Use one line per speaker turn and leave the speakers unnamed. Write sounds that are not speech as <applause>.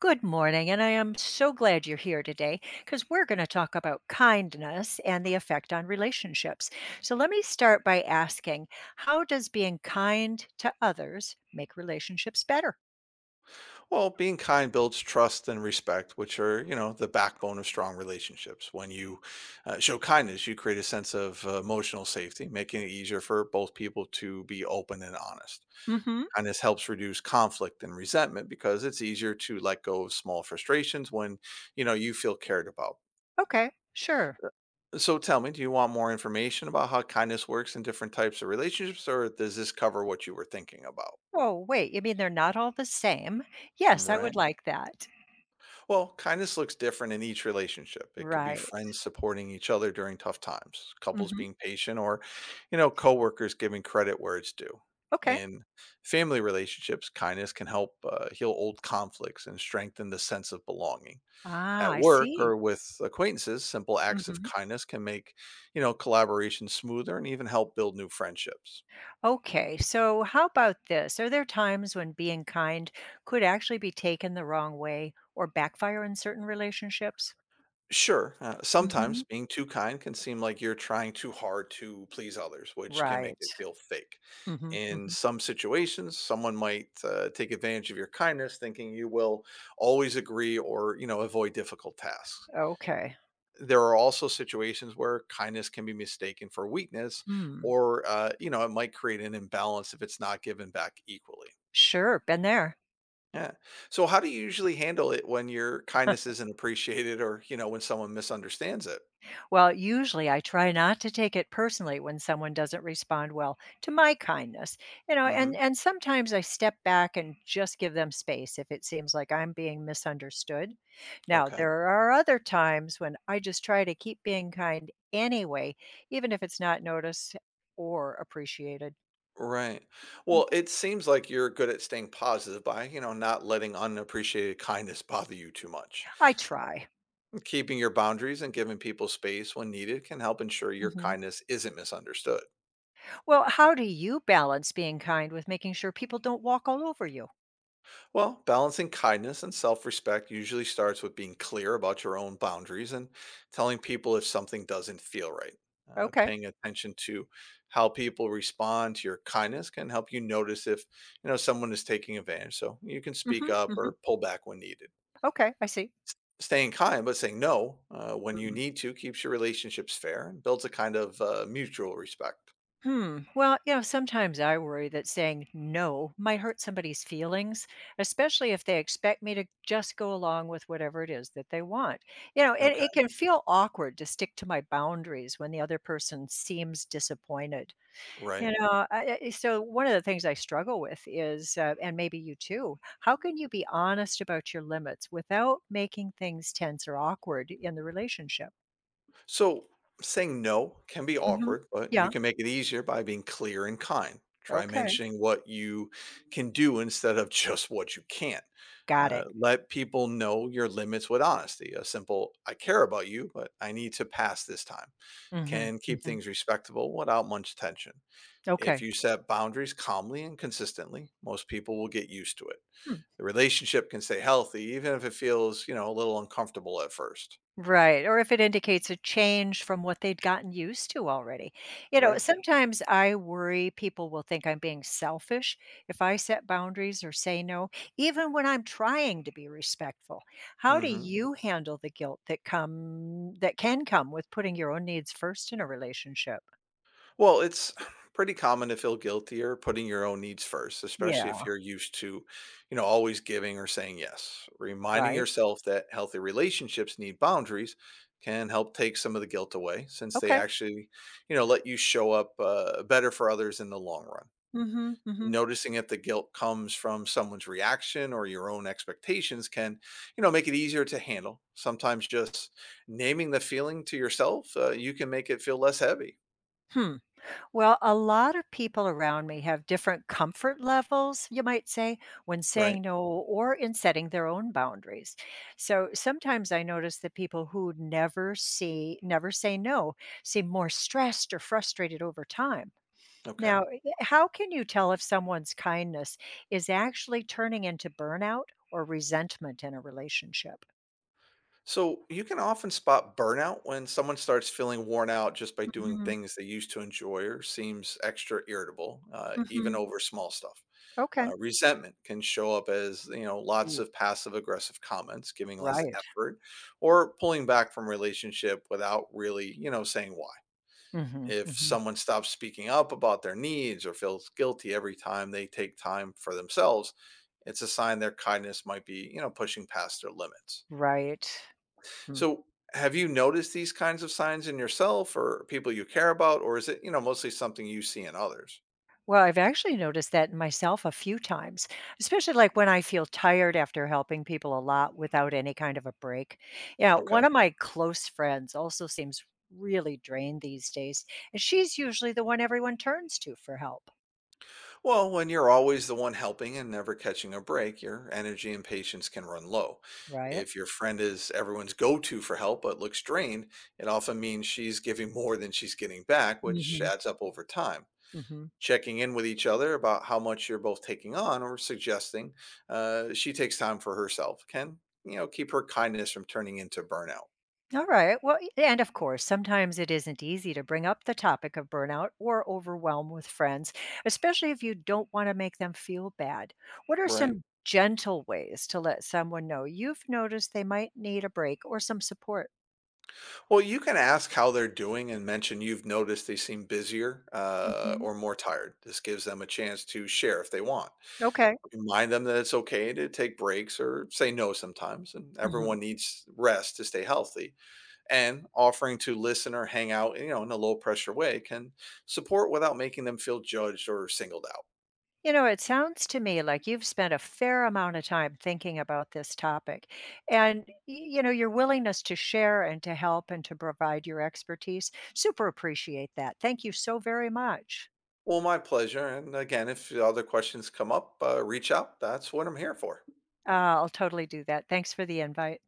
Good morning, and I am so glad you're here today because we're going to talk about kindness and the effect on relationships. So, let me start by asking how does being kind to others make relationships better?
Well, being kind builds trust and respect, which are, you know, the backbone of strong relationships. When you show kindness, you create a sense of emotional safety, making it easier for both people to be open and honest.
Mm hmm.
Kindness helps reduce conflict and resentment because it's easier to let go of small frustrations when, you know, you feel cared about.
Okay, sure.
So tell me, do you want more information about how kindness works in different types of relationships, or does this cover what you were thinking about?
Oh, wait, you mean they're not all the same? Yes, I would
Right.
like that.
Well, kindness looks different in each relationship. It could be
Right.
friends supporting each other during tough times,
Mm
couples
hmm.
being patient, or, you know, coworkers giving credit where it's due.
Okay.
In family relationships, kindness can help heal old conflicts and strengthen the sense of belonging.
Ah,
At
I
work
see.
or with acquaintances, simple acts of
Mm-hmm.
kindness can make, you know, collaboration smoother and even help build new friendships.
Okay, so how about this? Are there times when being kind could actually be taken the wrong way or backfire in certain relationships?
Sure.
Hmm.
Sometimes being too kind can seem like you're trying too hard to please others, which can make
Right.
it feel fake.
hmm
In
hmm
some situations, someone might take advantage of your kindness, thinking you will always agree or, you know, avoid difficult tasks.
Okay.
There are also situations where kindness can be mistaken for weakness,
Hmm.
or, you know, it might create an imbalance if it's not given back equally.
Sure. Been there.
Yeah. So, how do you usually handle it when your kindness isn't appreciated, or, you know, when someone misunderstands it?
Well, usually I try not to take it personally when someone doesn't respond well to my kindness.
Hmm.
And sometimes I step back and just give them space if it seems like I'm being misunderstood. Now,
Okay.
there are other times when I just try to keep being kind anyway, even if it's not noticed or appreciated.
Right. Well,
Mhm.
it seems like you're good at staying positive by, you know, not letting unappreciated kindness bother you too much.
I try.
Keeping your boundaries and giving people space when needed can help ensure your
Mhm.
kindness isn't misunderstood.
Well, how do you balance being kind with making sure people don't walk all over you?
Well, balancing kindness and self respect usually starts with being clear about your own boundaries and telling people if something doesn't feel right.
Okay.
Paying attention to how people respond to your kindness can help you notice if, you know, someone is taking advantage, so you can speak
Mhm.
up
Mhm.
or pull back when needed.
Okay, I see.
Staying kind, but saying no when you need to, keeps your relationships fair and builds a kind of mutual respect.
Hmm. Well, sometimes I worry that saying no might hurt somebody's feelings, especially if they expect me to just go along with whatever it is that they want. It,
Okay,
it can feel awkward to stick to my boundaries when the other person seems disappointed.
right.
So one of the things I struggle with is, and maybe you too, how can you be honest about your limits without making things tense or awkward in the relationship?
So saying no can be
Hmm.
awkward, but you
Yeah.
can make it easier by being clear and kind. Try
Okay.
mentioning what you can do instead of <laughs> just what you can't.
Got it.
Let people know your limits with honesty. A simple, I care about you, but I need to pass this time,
hmm
can keep
hmm
things respectable without much tension. If
Okay.
you set boundaries calmly and consistently, most people will get used to it.
Hmm.
The relationship can stay healthy, even if it feels, you know, a little uncomfortable at first,
Right, or if it indicates a change from what they'd gotten used to already.
right?
Sometimes I worry people will think I'm being selfish if I set boundaries or say no, even when I'm trying to be respectful. How do
Hmm.
you handle the guilt that can come with putting your own needs first in a relationship?
Well, it's <sighs> pretty common to feel guilty or putting your own needs first, especially if
Yeah,
you're used to, you know, always giving or saying yes. Reminding
right.
yourself that healthy relationships need boundaries can help take some of the guilt away, since they
Okay.
actually, you know, let you show up better for others in the long run.
Mhm. Mhm.
Noticing if the guilt comes from someone's reaction or your own expectations can, you know, make it easier to handle. Sometimes just naming the feeling to yourself, you can make it feel less heavy.
Hmm. Well, a lot of people around me have different comfort levels, you might say, when
Right.
saying no or in setting their own boundaries. So sometimes I notice that people who never say no, seem more stressed or frustrated over time.
Okay.
Now, how can you tell if someone's kindness is actually turning into burnout or resentment in a relationship?
So you can often spot burnout when someone starts feeling worn out just by doing
hmm
things they used to enjoy, or seems extra irritable even
hmm
over small stuff.
Okay.
Resentment can show up as, you know, lots
Ooh,
of passive aggressive comments, giving less
right.
effort, or pulling back from relationship without really, you know, saying why.
hmm
If
hmm
someone stops speaking up about their needs or feels guilty every time they take time for themselves, it's a sign their kindness might be, you know, pushing past their limits.
Right.
So have you noticed these kinds of signs in yourself or people you care about, or is it, you know, mostly something you see in others?
Well, I've actually noticed that in myself a few times, especially like when I feel tired after helping people a lot without any kind of a break. Yeah, one
Okay.
of my close friends also seems really drained these days, and she's usually the one everyone turns to for help,
Well, when you're always the one helping and never catching a break, your energy and patience can run low.
right?
If your friend is everyone's go to for help but looks drained, it often means she's giving more than she's getting back, which
hmm
adds up over time.
hmm
Checking in with each other about how much you're both taking on, or suggesting she takes time for herself, can, you know, keep her kindness from turning into burnout,
Alright, well, y and of course, sometimes it isn't easy to bring up the topic of burnout or overwhelm with friends, especially if you don't wanna make them feel bad. What are
right?
some gentle ways to let someone know you've noticed they might need a break or some support?
Well, you can ask how they're doing and mention you've noticed they seem busier
Mhm.
or more tired. This gives them a chance to share if they want.
Okay.
Remind them that it's okay to take breaks or say no sometimes, and
Mhm.
everyone needs rest to stay healthy, and offering to listen or hang out, you know, in a low pressure way, can support without making them feel judged or singled out.
It sounds to me like you've spent a fair amount of time thinking about this topic, and, your willingness to share and to help and to provide your expertise, super appreciate that. Thank you so very much.
Well, my pleasure. And again, if other questions come up, reach out. That's what I'm here for.
Uh, I'll totally do that. Thanks for the invite.